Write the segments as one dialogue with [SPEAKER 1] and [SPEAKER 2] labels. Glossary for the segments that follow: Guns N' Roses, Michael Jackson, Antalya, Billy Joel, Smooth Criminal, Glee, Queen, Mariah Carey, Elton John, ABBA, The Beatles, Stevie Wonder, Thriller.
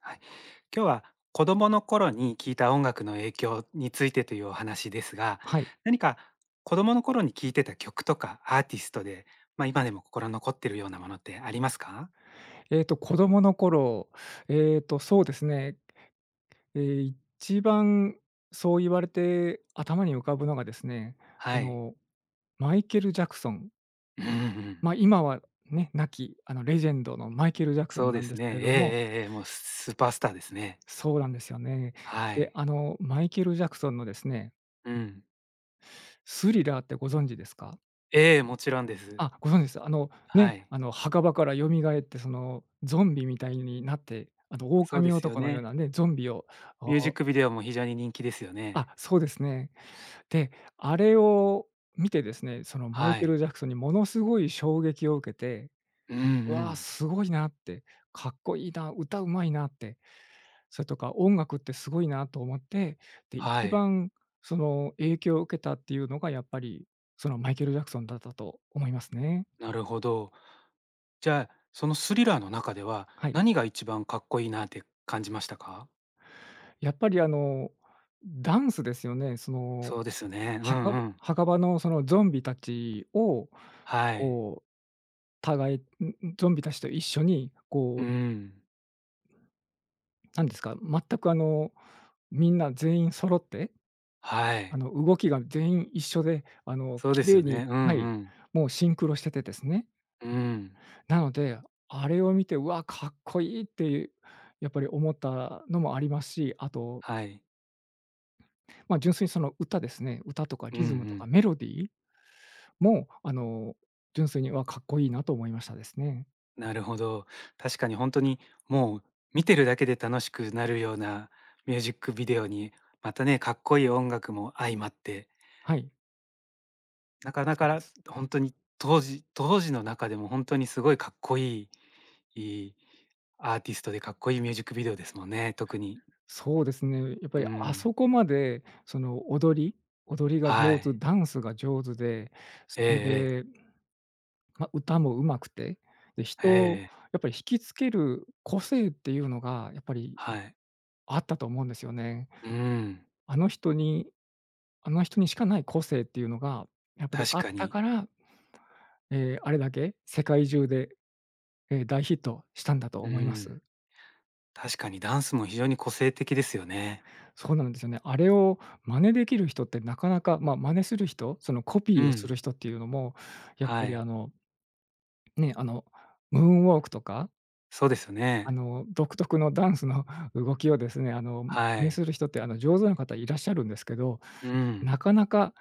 [SPEAKER 1] はい、今日は子供の頃に聴いた音楽の影響についてというお話ですが、
[SPEAKER 2] はい。
[SPEAKER 1] 何か子供の頃に聴いてた曲とかアーティストで、今でも心残ってるようなものってありますか？
[SPEAKER 2] 子供の頃、そうですね、えー一番そう言われて頭に浮かぶのがですね、あ
[SPEAKER 1] はい。
[SPEAKER 2] の、マイケル・ジャクソン、
[SPEAKER 1] うんうん。
[SPEAKER 2] まあ、今はね、亡きあのレジェンドのマイケル・ジャクソ
[SPEAKER 1] そ
[SPEAKER 2] ン
[SPEAKER 1] う
[SPEAKER 2] な
[SPEAKER 1] で
[SPEAKER 2] んで
[SPEAKER 1] す
[SPEAKER 2] すけ
[SPEAKER 1] ね。
[SPEAKER 2] れ
[SPEAKER 1] ええ
[SPEAKER 2] ども、
[SPEAKER 1] ええええ、もうスーパースターですね。
[SPEAKER 2] そうなんですよね。
[SPEAKER 1] は
[SPEAKER 2] で、
[SPEAKER 1] い。
[SPEAKER 2] あの、マイケル・ジャクソンのですね、
[SPEAKER 1] うん。
[SPEAKER 2] スリラーってご存知ですか？
[SPEAKER 1] ええ、もちろんです。
[SPEAKER 2] あ、ご存知です。あの、
[SPEAKER 1] は
[SPEAKER 2] ね、
[SPEAKER 1] い。
[SPEAKER 2] あの、墓場から蘇ってそのゾンビみたいになって、あの、
[SPEAKER 1] そうで
[SPEAKER 2] 狼
[SPEAKER 1] すよ
[SPEAKER 2] 男のよう
[SPEAKER 1] ね。
[SPEAKER 2] なね、ゾンビを、
[SPEAKER 1] ミュージックビデオも非常に人気ですよね。
[SPEAKER 2] あ、そうですね。で、あれを見てですね、そのマイ
[SPEAKER 1] は
[SPEAKER 2] ケル・
[SPEAKER 1] い。
[SPEAKER 2] ジャクソンにものすごい衝撃を受けて、
[SPEAKER 1] うんう
[SPEAKER 2] うわ、
[SPEAKER 1] ん。
[SPEAKER 2] すごいなって、かっこいいな、歌うまいなって、それとか音楽ってすごいなと思って、で、
[SPEAKER 1] は
[SPEAKER 2] 一
[SPEAKER 1] い。
[SPEAKER 2] 番その影響を受けたっていうのがやっぱり、そのマイケル・ジャクソンだったと思いますね。
[SPEAKER 1] なるほど。じゃあ、そのスリラーの中では、
[SPEAKER 2] はい。
[SPEAKER 1] 何が一番かっこいいなって感じましたか？
[SPEAKER 2] やっぱりあの、ダンスですよね。その、
[SPEAKER 1] そうですよね。うん
[SPEAKER 2] 墓
[SPEAKER 1] う
[SPEAKER 2] 場
[SPEAKER 1] ん。
[SPEAKER 2] 墓場のそのゾンビたちを、
[SPEAKER 1] はい。
[SPEAKER 2] こう互い、んん、ゾンビたちと一緒に、こ
[SPEAKER 1] う
[SPEAKER 2] う、
[SPEAKER 1] ん。
[SPEAKER 2] なんですか、全くあの、みんな全員揃って、
[SPEAKER 1] は
[SPEAKER 2] あ
[SPEAKER 1] い。
[SPEAKER 2] の、動きが全員一緒で、あの、
[SPEAKER 1] そう
[SPEAKER 2] 綺
[SPEAKER 1] です
[SPEAKER 2] 麗
[SPEAKER 1] よ
[SPEAKER 2] に
[SPEAKER 1] ね。うん
[SPEAKER 2] はい、
[SPEAKER 1] うん。
[SPEAKER 2] もうシンクロしててですね。
[SPEAKER 1] うん。
[SPEAKER 2] なので、あれを見て、うわ、かっこいいっていう、やっぱり思ったのもありますし、あと、
[SPEAKER 1] はい。
[SPEAKER 2] ま、純粋にその歌ですね、歌とか
[SPEAKER 1] うんう
[SPEAKER 2] リズムとか
[SPEAKER 1] ん。
[SPEAKER 2] メロディーも、あの、純粋に、わ、かっこいいなと思いましたですね。
[SPEAKER 1] なるほど。確かに本当に、もう見てるだけで楽しくなるようなミュージックビデオに、またね、かっこいい音楽も相まって、
[SPEAKER 2] はい、
[SPEAKER 1] なかな
[SPEAKER 2] そうで
[SPEAKER 1] か
[SPEAKER 2] す。
[SPEAKER 1] 本当に当時の中でも本当にすごいかっこいいいアーティストでかっこいいミュージックビデオですもんね、特に。
[SPEAKER 2] そうですね、やっぱ
[SPEAKER 1] う
[SPEAKER 2] りあ
[SPEAKER 1] ん。
[SPEAKER 2] そこまで、その踊りが
[SPEAKER 1] は
[SPEAKER 2] 上手、
[SPEAKER 1] い。
[SPEAKER 2] ダンスが上手で、そ
[SPEAKER 1] ええええ。
[SPEAKER 2] れで、ま、歌も上手くて、で、人を
[SPEAKER 1] ええ
[SPEAKER 2] やっぱり引きつける個性っていうのがやっぱり
[SPEAKER 1] はい。
[SPEAKER 2] あったと思うんですよね。
[SPEAKER 1] うん、
[SPEAKER 2] あの人にあの人にしかない個性っていうのがやっぱり
[SPEAKER 1] 確
[SPEAKER 2] あっ
[SPEAKER 1] か
[SPEAKER 2] た
[SPEAKER 1] に。
[SPEAKER 2] から、ええ、あれだけ世界中で、ええ、大ヒットしたんだと
[SPEAKER 1] う
[SPEAKER 2] 思いま
[SPEAKER 1] ん、
[SPEAKER 2] す。
[SPEAKER 1] 確かにダンスも非常に個性的ですよね。
[SPEAKER 2] そうなんですよね。あれを真似できる人ってなかなか、まあ、真似する人、そのコ
[SPEAKER 1] う
[SPEAKER 2] ピーをす
[SPEAKER 1] ん、
[SPEAKER 2] る人っていうのも、やっぱ
[SPEAKER 1] は
[SPEAKER 2] り
[SPEAKER 1] い。
[SPEAKER 2] あの、ね、あの、ムーンウォークとか、
[SPEAKER 1] そうですよ
[SPEAKER 2] あ
[SPEAKER 1] ね。
[SPEAKER 2] の、独特のダンスの 動きをですね、あの、
[SPEAKER 1] は
[SPEAKER 2] 真似す
[SPEAKER 1] い。
[SPEAKER 2] る人って、あの、上手な方いらっしゃるんですけど、
[SPEAKER 1] うん、
[SPEAKER 2] なかなか、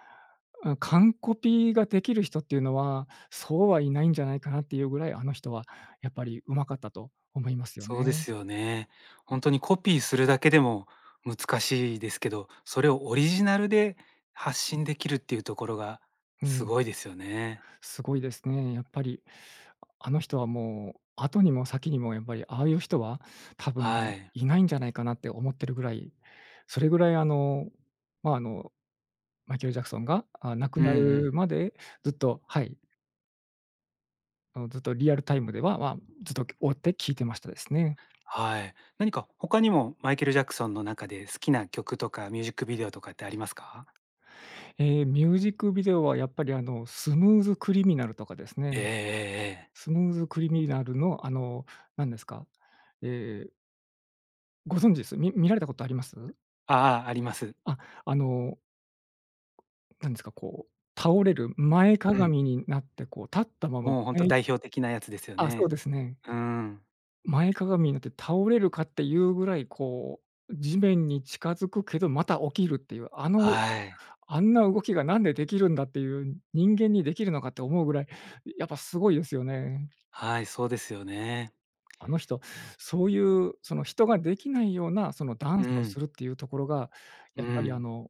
[SPEAKER 2] う完コピーができる人っていうのは、そうはいないんじゃないかなっていうぐらい、あの人はやっぱり上手かったと思いますよ
[SPEAKER 1] そうで
[SPEAKER 2] ね。
[SPEAKER 1] すよね。ほんとにコピーするだけでも難しいですけど、それをオリジナルで発信できるっていうところが
[SPEAKER 2] う
[SPEAKER 1] す
[SPEAKER 2] ん。
[SPEAKER 1] ごいですよね。
[SPEAKER 2] すごいですね。やっぱり、あの人はもう、後にも先にもやっぱり、ああいう人は多
[SPEAKER 1] は
[SPEAKER 2] 分
[SPEAKER 1] い。
[SPEAKER 2] いないんじゃないかなって思ってるぐらい、それぐらいあの、まあ、あの、マイケル・ジャクソンが、あ、亡く
[SPEAKER 1] うんう
[SPEAKER 2] なる
[SPEAKER 1] ん。
[SPEAKER 2] までずっとはい、あの、ずっとリアルタイムでは、まあ、ずっと追って聞いてましたですね。
[SPEAKER 1] はい。何か他にもマイケル・ジャクソンの中で好きな曲とかミュージックビデオとかってありますか？
[SPEAKER 2] ミュージックビデオはやっぱりあの、スムーズ・クリミナルとかですね。
[SPEAKER 1] ええええええ。
[SPEAKER 2] スムーズ・クリミナルのあの、なんですか、えーご存知です？見られたことあります？
[SPEAKER 1] ああ、あります。
[SPEAKER 2] あ、あのなんですか、こう、倒れる前か
[SPEAKER 1] う
[SPEAKER 2] が
[SPEAKER 1] ん。
[SPEAKER 2] みになって、こう、立ったまま
[SPEAKER 1] もうほんと
[SPEAKER 2] 前
[SPEAKER 1] 代表的なやつですよ
[SPEAKER 2] あ、そう
[SPEAKER 1] ね。
[SPEAKER 2] ですね。
[SPEAKER 1] うん。
[SPEAKER 2] 前かがみになって倒れるかっていうぐらい、こう、地面に近づくけど、また起きるっていう、あ
[SPEAKER 1] は
[SPEAKER 2] の、
[SPEAKER 1] い。
[SPEAKER 2] あんな動きがなんでできるんだっていう、人間にできるのかって思うぐらい、やっぱすごいですよね。
[SPEAKER 1] はい、そうですよね。
[SPEAKER 2] あの人、そういう、その、人ができないような、その、ダ
[SPEAKER 1] う
[SPEAKER 2] ンスを
[SPEAKER 1] ん、
[SPEAKER 2] するっていうところが、
[SPEAKER 1] う
[SPEAKER 2] やっぱり、あ
[SPEAKER 1] ん、
[SPEAKER 2] の、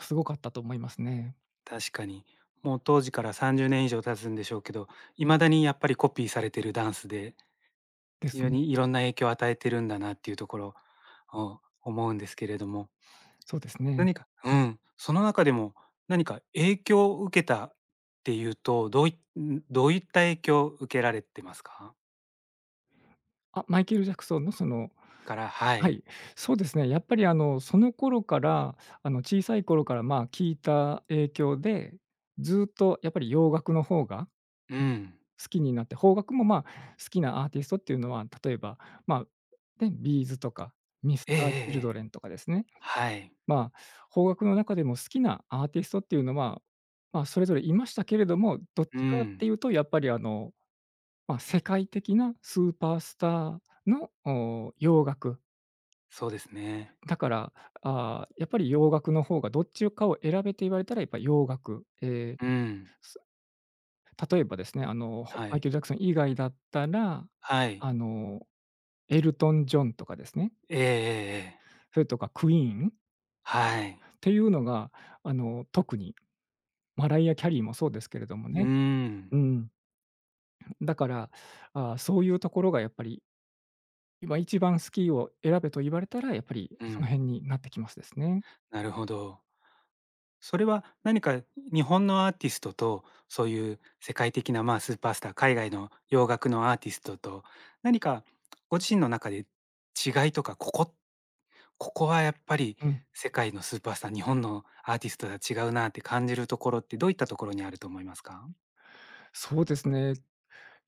[SPEAKER 2] すごかったと思いますね。
[SPEAKER 1] 確かに。もう当時から30年以上経つんでしょうけど、未だにやっぱりコピーされてるダンスで、
[SPEAKER 2] で
[SPEAKER 1] 非
[SPEAKER 2] す
[SPEAKER 1] 常
[SPEAKER 2] ね。
[SPEAKER 1] にいろんな影響を与えてるんだなっていうところを思うんですけれども。
[SPEAKER 2] そうですね。
[SPEAKER 1] 何かうん、その中でも何か影響を受けたっていうと、どういった影響を受けられてますか？
[SPEAKER 2] あ、マイケル・ジャクソンの、その
[SPEAKER 1] からは
[SPEAKER 2] は
[SPEAKER 1] い。
[SPEAKER 2] い、そうですね。やっぱりあの、その頃から、あの、小さい頃から、まあ、聞いた影響で、ずっとやっぱり洋楽の方が
[SPEAKER 1] うん。
[SPEAKER 2] 好きになって、邦楽も、まあ、好きなアーティストっていうのは、例えば、まあ、ね、ビーズとかミス
[SPEAKER 1] ええええ
[SPEAKER 2] ター・チ
[SPEAKER 1] え
[SPEAKER 2] ルド
[SPEAKER 1] え。
[SPEAKER 2] レンとかですね。
[SPEAKER 1] はい。
[SPEAKER 2] まあ、邦楽の中でも好きなアーティストっていうのは、まあ、それぞれいましたけれども、どっ
[SPEAKER 1] う
[SPEAKER 2] ちかって
[SPEAKER 1] ん。
[SPEAKER 2] いうとやっぱりあの、まあ、世界的なスーパースターの、お、洋楽
[SPEAKER 1] そうですね。
[SPEAKER 2] だから、ああ、やっぱり洋楽の方がどっちかを選べて言われたらやっぱり洋楽。
[SPEAKER 1] うん。
[SPEAKER 2] 例えばですね、あの、
[SPEAKER 1] は
[SPEAKER 2] マイ
[SPEAKER 1] い。
[SPEAKER 2] ケル・ジャクソン以外だったら、
[SPEAKER 1] はい。
[SPEAKER 2] あの、エルトン・ジョンとかですね、
[SPEAKER 1] ええええええ。
[SPEAKER 2] それとかクイーン
[SPEAKER 1] はい。
[SPEAKER 2] っていうのが、あの、特にマライア・キャリーもそうですけれども
[SPEAKER 1] う
[SPEAKER 2] ね。
[SPEAKER 1] ーん。
[SPEAKER 2] うん。だから、ああ、そういうところがやっぱり、今一番好きを選べと言われたら、やっぱり
[SPEAKER 1] う
[SPEAKER 2] その
[SPEAKER 1] ん。
[SPEAKER 2] 辺になってきますですね。
[SPEAKER 1] なるほど。それは何か日本のアーティストと、そういう世界的な、スーパースター、海外の洋楽のアーティストと、何かご自身の中で違いとか、ここはやっぱり
[SPEAKER 2] うん。
[SPEAKER 1] 世界のスーパースター、日本のアーティストとは違うなって感じるところってどういったところにあると思いますか？
[SPEAKER 2] そうですね。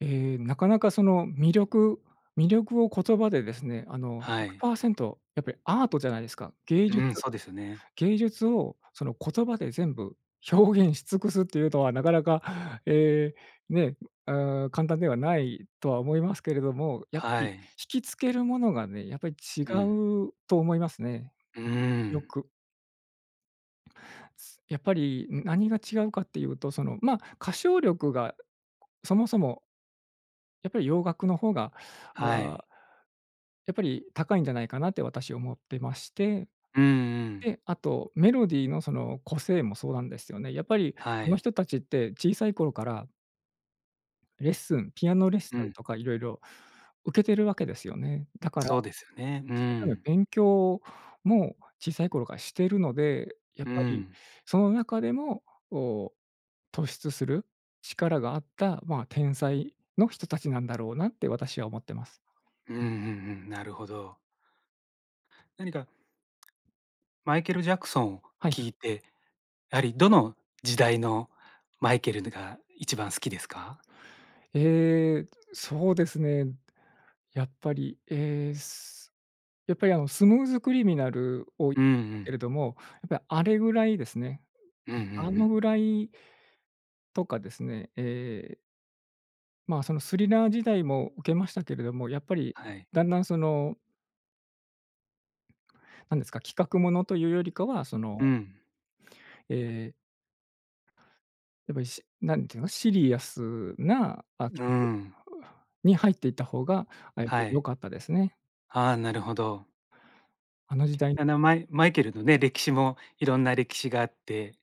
[SPEAKER 2] なかなかその魅力を言葉でですね、あの、
[SPEAKER 1] はい。
[SPEAKER 2] 100％やっぱりアートじゃないですか。芸
[SPEAKER 1] う
[SPEAKER 2] 術
[SPEAKER 1] ん、そうですよね。
[SPEAKER 2] 芸術をその言葉で全部表現し尽くすっていうのはなかなか、えね、あ簡単ではないとは思いますけれども、やっぱり
[SPEAKER 1] はい。
[SPEAKER 2] 引きつけるものがね、やっぱり違
[SPEAKER 1] うん。
[SPEAKER 2] うと思いますね。
[SPEAKER 1] うー
[SPEAKER 2] よ
[SPEAKER 1] ん。
[SPEAKER 2] く。やっぱり何が違うかっていうと、その、ま、歌唱力がそもそもやっぱり洋楽の方が、
[SPEAKER 1] はい。
[SPEAKER 2] やっぱり高いんじゃないかなって私思ってまして、
[SPEAKER 1] うんうん。
[SPEAKER 2] で、あとメロディーのその個性もそうなんですよね。やっぱり
[SPEAKER 1] は
[SPEAKER 2] あの
[SPEAKER 1] い。
[SPEAKER 2] 人たちって小さい頃からレッスンピアノレッス
[SPEAKER 1] う
[SPEAKER 2] ン
[SPEAKER 1] ん、
[SPEAKER 2] とかいろいろ受けてるわけですよね。だから、
[SPEAKER 1] そうですよね。う
[SPEAKER 2] 一生懸命
[SPEAKER 1] ん。
[SPEAKER 2] 勉強も小さい頃からしてるので、やっ
[SPEAKER 1] う
[SPEAKER 2] ぱり
[SPEAKER 1] ん。
[SPEAKER 2] その中でも、お、突出する力があった、まあ、天才の人たちなんだろうなって私は思ってます。
[SPEAKER 1] うんうんうん、なるほど。何かマイケル・ジャクソンを
[SPEAKER 2] はい。
[SPEAKER 1] 聞いて、やはりどの時代のマイケルが一番好きですか？
[SPEAKER 2] えーそうですね。やっぱり、えーすやっぱりあの、スムーズクリミナルを言っ
[SPEAKER 1] うんう
[SPEAKER 2] たけ
[SPEAKER 1] ん。
[SPEAKER 2] れども、やっぱりあれぐらいですね、
[SPEAKER 1] うんうんう
[SPEAKER 2] あの
[SPEAKER 1] ん。
[SPEAKER 2] ぐらいとかですね、まあ、そのスリラー時代も受けましたけれども、やっぱり
[SPEAKER 1] はい。
[SPEAKER 2] だんだんその、なんですか、企画ものというよりかは、その、
[SPEAKER 1] うん。
[SPEAKER 2] えーやっぱりしなんていうの、シリアスな、あ、
[SPEAKER 1] うー
[SPEAKER 2] 曲
[SPEAKER 1] ん。
[SPEAKER 2] に入っていった方が、あ、やっぱり
[SPEAKER 1] は
[SPEAKER 2] 良
[SPEAKER 1] い。
[SPEAKER 2] かったですね。
[SPEAKER 1] ああ、なるほど。
[SPEAKER 2] あの時代
[SPEAKER 1] マイケルのね、歴史もいろんな歴史があって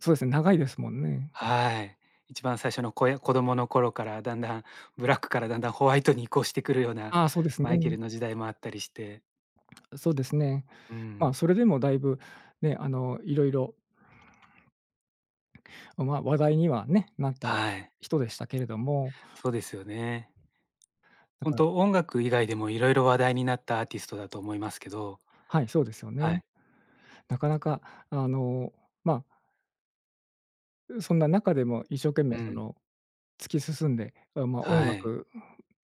[SPEAKER 2] そうですね、長いですもんね。
[SPEAKER 1] はい。一番最初の子供の頃からだんだんブラックからだんだんホワイトに移行してくるような
[SPEAKER 2] ああ、そうです
[SPEAKER 1] マイケ
[SPEAKER 2] ね。
[SPEAKER 1] ルの時代もあったりして。
[SPEAKER 2] そうですね。
[SPEAKER 1] う
[SPEAKER 2] まあ、
[SPEAKER 1] ん。
[SPEAKER 2] それでもだいぶね、あの、いろいろ、まあ、話題にはね、なった
[SPEAKER 1] はい。
[SPEAKER 2] 人でしたけれども、
[SPEAKER 1] そうですよね。
[SPEAKER 2] だ
[SPEAKER 1] 本
[SPEAKER 2] から
[SPEAKER 1] 当音楽以外でもいろいろ話題になったアーティストだと思いますけど、
[SPEAKER 2] はい、そうですよ
[SPEAKER 1] は
[SPEAKER 2] ね。
[SPEAKER 1] い。
[SPEAKER 2] なかなか、あの、まあ、そんな中でも一生懸命
[SPEAKER 1] う
[SPEAKER 2] そ
[SPEAKER 1] ん。
[SPEAKER 2] の、突き進んで、あ、まあ、音
[SPEAKER 1] はい。
[SPEAKER 2] 楽、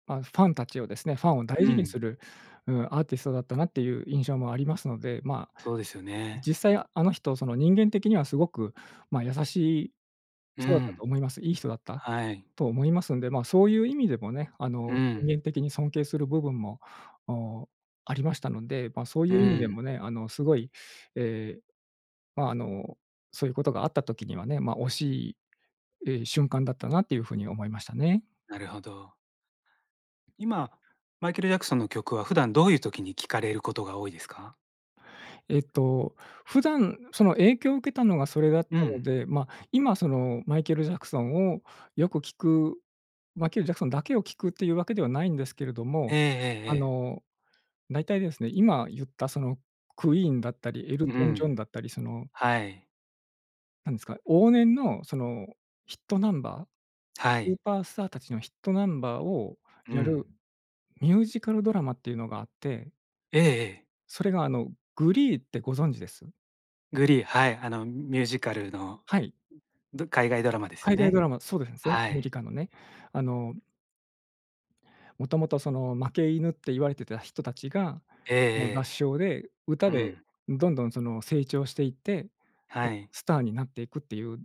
[SPEAKER 2] まあ、ファンたちをですね、ファンを大
[SPEAKER 1] う
[SPEAKER 2] 事に
[SPEAKER 1] ん。
[SPEAKER 2] する、うん、アーティストだったなっていう印象もありますので、まあ
[SPEAKER 1] そうですよね。
[SPEAKER 2] 実際あの人、その人間的にはすごく、まあ、優しい
[SPEAKER 1] う
[SPEAKER 2] 人だった
[SPEAKER 1] ん。
[SPEAKER 2] と思います。いい人だった
[SPEAKER 1] はい。
[SPEAKER 2] と思いますんで、まあ、そういう意味でもね、
[SPEAKER 1] うん。
[SPEAKER 2] 人間的に尊敬する部分も、お、ありましたので、まあ、そう
[SPEAKER 1] う
[SPEAKER 2] いう意味で
[SPEAKER 1] ん。
[SPEAKER 2] もね、すごい、えーまあ、あの、そういうことがあった時にはね、まあ、惜しい、瞬間だったなっていうふうに思いましたね。
[SPEAKER 1] なるほど。今、マイケル・ジャクソンの曲は普段どういう時に聴かれることが多いですか？
[SPEAKER 2] えっと、普段その影響を受けたのがそれだっ
[SPEAKER 1] う
[SPEAKER 2] たの
[SPEAKER 1] ん。
[SPEAKER 2] で、まあ、今そのマイケル・ジャクソンをよく聞く、マイケル・ジャクソンだけを聞くっていうわけではないんですけれど
[SPEAKER 1] え
[SPEAKER 2] も、
[SPEAKER 1] ええええ
[SPEAKER 2] あ
[SPEAKER 1] え。
[SPEAKER 2] の、大体ですね、今言ったそのクイーンだったり、エル
[SPEAKER 1] う
[SPEAKER 2] トン・ジョン
[SPEAKER 1] ん。
[SPEAKER 2] だったり、その、
[SPEAKER 1] はい。
[SPEAKER 2] なんですか、往年のそのヒットナンバー、
[SPEAKER 1] は
[SPEAKER 2] スー
[SPEAKER 1] い。
[SPEAKER 2] パースターたちのヒットナンバーを
[SPEAKER 1] う
[SPEAKER 2] やる
[SPEAKER 1] ん。
[SPEAKER 2] ミュージカルドラマっていうのがあって、
[SPEAKER 1] ええええ。
[SPEAKER 2] それがあの、グリーってご存知です？
[SPEAKER 1] グリー、はい、ミュージカルの
[SPEAKER 2] はい。
[SPEAKER 1] 海外ドラマですよ
[SPEAKER 2] 海外ド
[SPEAKER 1] ね。
[SPEAKER 2] ラマ、そうですね、全
[SPEAKER 1] は
[SPEAKER 2] アメ
[SPEAKER 1] い。
[SPEAKER 2] リカのね。あの、もともとその負け犬って言われてた人たちが、
[SPEAKER 1] ええ
[SPEAKER 2] もう合
[SPEAKER 1] え
[SPEAKER 2] 唱で、歌
[SPEAKER 1] え。う
[SPEAKER 2] で
[SPEAKER 1] ん。
[SPEAKER 2] どんどんその成長していって、も
[SPEAKER 1] は
[SPEAKER 2] う
[SPEAKER 1] い。
[SPEAKER 2] スターになっていくっていう、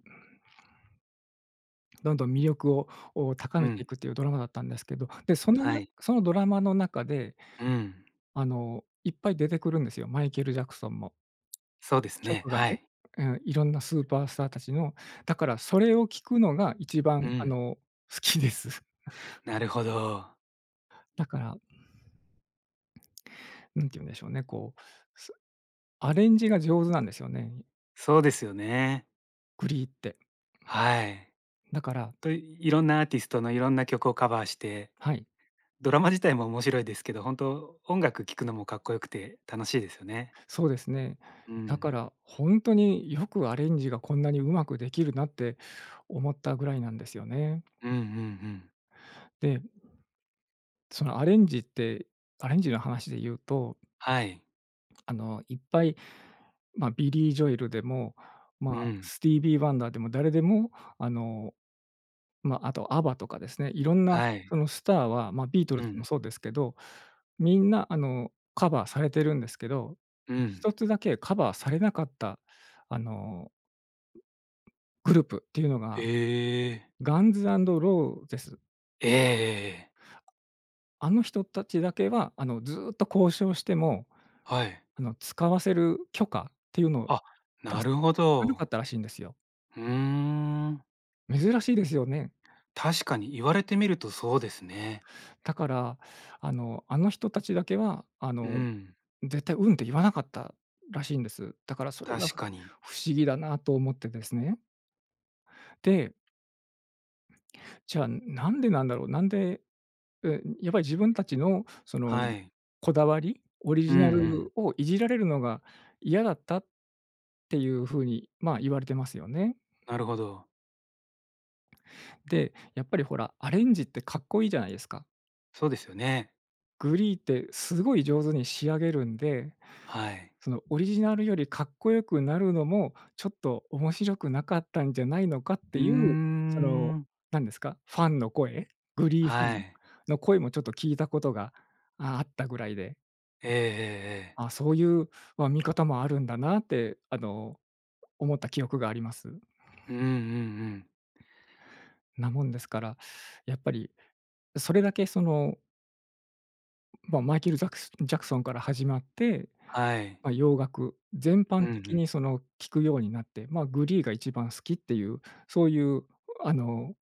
[SPEAKER 2] どんどん魅力を高
[SPEAKER 1] う
[SPEAKER 2] めてい
[SPEAKER 1] ん。
[SPEAKER 2] くっていうドラマだったんですけど、で、その
[SPEAKER 1] は
[SPEAKER 2] な
[SPEAKER 1] い。
[SPEAKER 2] そのドラマの中で、
[SPEAKER 1] うん、
[SPEAKER 2] いっぱい出てくるんですよ、マイケル・ジャクソンも。
[SPEAKER 1] そうですね、
[SPEAKER 2] 曲がね。
[SPEAKER 1] はい。
[SPEAKER 2] うん、いろんなスーパースターたちの。だからそれを聴くのが一
[SPEAKER 1] う
[SPEAKER 2] 番、
[SPEAKER 1] ん、
[SPEAKER 2] 好きです。
[SPEAKER 1] なるほど。
[SPEAKER 2] だからなんて言うんでしょうね、こう、すアレンジが上手なんですよね、
[SPEAKER 1] そうですよね。
[SPEAKER 2] グリーって。
[SPEAKER 1] はい。
[SPEAKER 2] だから
[SPEAKER 1] いろんなアーティストのいろんな曲をカバーして、
[SPEAKER 2] はい、
[SPEAKER 1] ドラマ自体も面白いですけど、本当音楽聴くのもかっこよくて楽しいですよね。
[SPEAKER 2] そうですね。
[SPEAKER 1] う
[SPEAKER 2] だか
[SPEAKER 1] ん。
[SPEAKER 2] らほんとによくアレンジがこんなにうまくできるなって思ったぐらいなんですよね。
[SPEAKER 1] うんうんうん。
[SPEAKER 2] で、そのアレンジってアレンジの話で言うと、
[SPEAKER 1] はい。
[SPEAKER 2] あの、いっぱい、ま、ビリー・ジョエルでも、まあ、
[SPEAKER 1] うん。
[SPEAKER 2] スティービー・ワンダーでも誰でも、あのまあ、あとアバとかですね、いろんな
[SPEAKER 1] はい。
[SPEAKER 2] そのスターは、まあ、ビートル
[SPEAKER 1] う
[SPEAKER 2] ズも
[SPEAKER 1] ん。
[SPEAKER 2] そうですけど、みんなあの、カバーされてるんですけど、
[SPEAKER 1] うん。
[SPEAKER 2] 一つだけカバーされなかった、あの、グループっていうのが、
[SPEAKER 1] ええ。
[SPEAKER 2] ガンズローゼス。
[SPEAKER 1] ええええええ。
[SPEAKER 2] あの人たちだけは、ずっと交渉しても、
[SPEAKER 1] はい。
[SPEAKER 2] 使わせる許可っていうのを出
[SPEAKER 1] あ、なるほ
[SPEAKER 2] さなかっ
[SPEAKER 1] ど。
[SPEAKER 2] たらしいんですよ。
[SPEAKER 1] うーん。
[SPEAKER 2] 珍しいですよね。
[SPEAKER 1] 確かに言われてみるとそうですね。
[SPEAKER 2] だから、あの人たちだけは、
[SPEAKER 1] うん、
[SPEAKER 2] 絶対「うん」って言わなかったらしいんです。だからそれが、
[SPEAKER 1] 確かに。
[SPEAKER 2] 不思議だなと思ってですね。で、じゃあ、なんでなんだろう、なんで、やっぱり自分たちのその
[SPEAKER 1] はい。
[SPEAKER 2] こだわり、オリ
[SPEAKER 1] うん
[SPEAKER 2] ジ
[SPEAKER 1] う
[SPEAKER 2] ナル
[SPEAKER 1] ん。
[SPEAKER 2] をいじられるのが嫌だったっていう風に、まあ、言われてますよね。
[SPEAKER 1] なるほど。
[SPEAKER 2] で、やっぱりほら、アレンジってかっこいいじゃないですか。
[SPEAKER 1] そうですよね。
[SPEAKER 2] グリーってすごい上手に仕上げるんで
[SPEAKER 1] はい。
[SPEAKER 2] そのオリジナルよりかっこよくなるのも、ちょっと面白くなかったんじゃないのかっ
[SPEAKER 1] う
[SPEAKER 2] て
[SPEAKER 1] ー
[SPEAKER 2] いう、その、
[SPEAKER 1] ん。
[SPEAKER 2] なんですか、ファンの声、グリーファ
[SPEAKER 1] は
[SPEAKER 2] ン
[SPEAKER 1] い。
[SPEAKER 2] の声もちょっと聞いたことが、あったぐらいで、
[SPEAKER 1] ええええええ。
[SPEAKER 2] そういう、ま、見方もあるんだなって、思った記憶があります。
[SPEAKER 1] うんうんうん。
[SPEAKER 2] なもんですから、やっぱりそれだけその、ま、マイケル・ザクスジャクソンから始まって
[SPEAKER 1] はい。
[SPEAKER 2] まあ、洋楽全
[SPEAKER 1] う
[SPEAKER 2] 般
[SPEAKER 1] んう
[SPEAKER 2] 的
[SPEAKER 1] ん。
[SPEAKER 2] にその聴くようになって、まあ、グリーが一番好きっていう、そういうあの、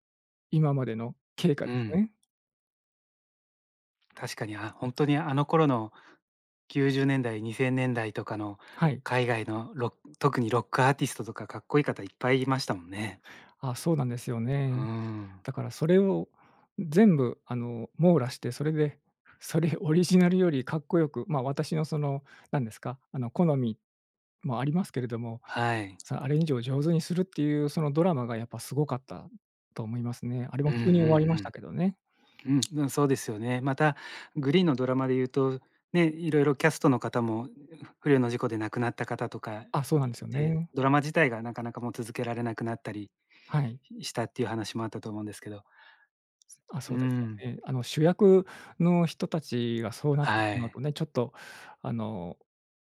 [SPEAKER 2] 今までの経過
[SPEAKER 1] う
[SPEAKER 2] です
[SPEAKER 1] ん。
[SPEAKER 2] ね。
[SPEAKER 1] 確かに、あ、ほんと
[SPEAKER 2] はい。
[SPEAKER 1] にあの頃の90年代、2000年代とかの
[SPEAKER 2] はい。
[SPEAKER 1] 海外の特にロックアーティストとかかっこいい方いっぱいいましたもんね。
[SPEAKER 2] あ、そうなんですよ
[SPEAKER 1] うー
[SPEAKER 2] ね。
[SPEAKER 1] ん。
[SPEAKER 2] だからそれを全部あの、網羅して、それで、それオリジナルよりかっこよく、まあ、私のその、何ですか、あの好みもありますけれども、
[SPEAKER 1] はい。
[SPEAKER 2] アレンジを上手にするっていうそのドラマがやっぱすごかったと思いますね。あれも
[SPEAKER 1] うんう
[SPEAKER 2] 急に終わりま
[SPEAKER 1] んう
[SPEAKER 2] した
[SPEAKER 1] ん。
[SPEAKER 2] けどね。
[SPEAKER 1] うん、うん、そうですよね。また、グリーンのドラマで言うと、ね、いろいろキャストの方も不慮の事故で亡くなった方とか
[SPEAKER 2] あ、そうなんですよ
[SPEAKER 1] で、
[SPEAKER 2] ね。
[SPEAKER 1] ドラマ自体がなかなかもう続けられなくなったり
[SPEAKER 2] はい。
[SPEAKER 1] したっていう話もあったと思うんですけど。
[SPEAKER 2] あ、
[SPEAKER 1] う
[SPEAKER 2] そうですよ
[SPEAKER 1] ん、
[SPEAKER 2] ね。主役の人たちがそうなってし
[SPEAKER 1] は
[SPEAKER 2] まうと
[SPEAKER 1] い。
[SPEAKER 2] ね、ちょっと、あの、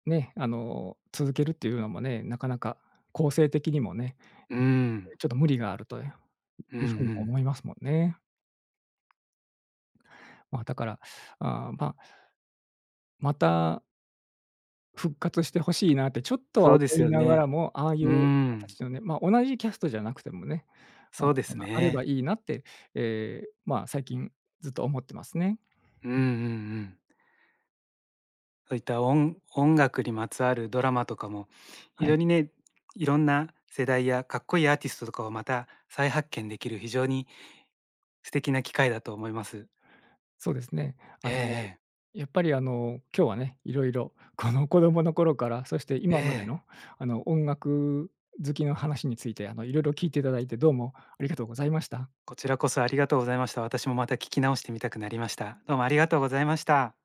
[SPEAKER 2] 続けるっていうのもね、なかなか構成的にもね、
[SPEAKER 1] うん、
[SPEAKER 2] ちょっと無理があるという
[SPEAKER 1] うんう
[SPEAKER 2] ふうにも
[SPEAKER 1] ん。
[SPEAKER 2] 思いますもんね。まあ、だから、まあ、また復活してほしいなってちょっとは
[SPEAKER 1] そ
[SPEAKER 2] 思
[SPEAKER 1] うです
[SPEAKER 2] い
[SPEAKER 1] よ
[SPEAKER 2] なが
[SPEAKER 1] ね。
[SPEAKER 2] らも、ああい
[SPEAKER 1] う
[SPEAKER 2] う
[SPEAKER 1] ん、
[SPEAKER 2] 形のね、まあ、同じキャストじゃなくてもね、ま
[SPEAKER 1] そうです
[SPEAKER 2] あ、あれば
[SPEAKER 1] ね。
[SPEAKER 2] いいなって、ええ、まあ、最近ずっと思ってますね。
[SPEAKER 1] うんうんうん。そういった音楽にまつわるドラマとかも、非
[SPEAKER 2] はい。
[SPEAKER 1] 常にね、いろんな世代やかっこいいアーティストとかをまた再発見できる非常に素敵な機会だと思います。
[SPEAKER 2] そうですね。
[SPEAKER 1] え
[SPEAKER 2] あ
[SPEAKER 1] え
[SPEAKER 2] の、
[SPEAKER 1] ええ。
[SPEAKER 2] やっぱり、今日はね、いろいろこの子供の頃から、そして
[SPEAKER 1] え
[SPEAKER 2] 今まで
[SPEAKER 1] え。
[SPEAKER 2] の音楽好きの話について、いろいろ聞いていただいて、どうもありがとうございました。
[SPEAKER 1] こちらこそありがとうございました。私もまた聞き直してみたくなりました。どうもありがとうございました。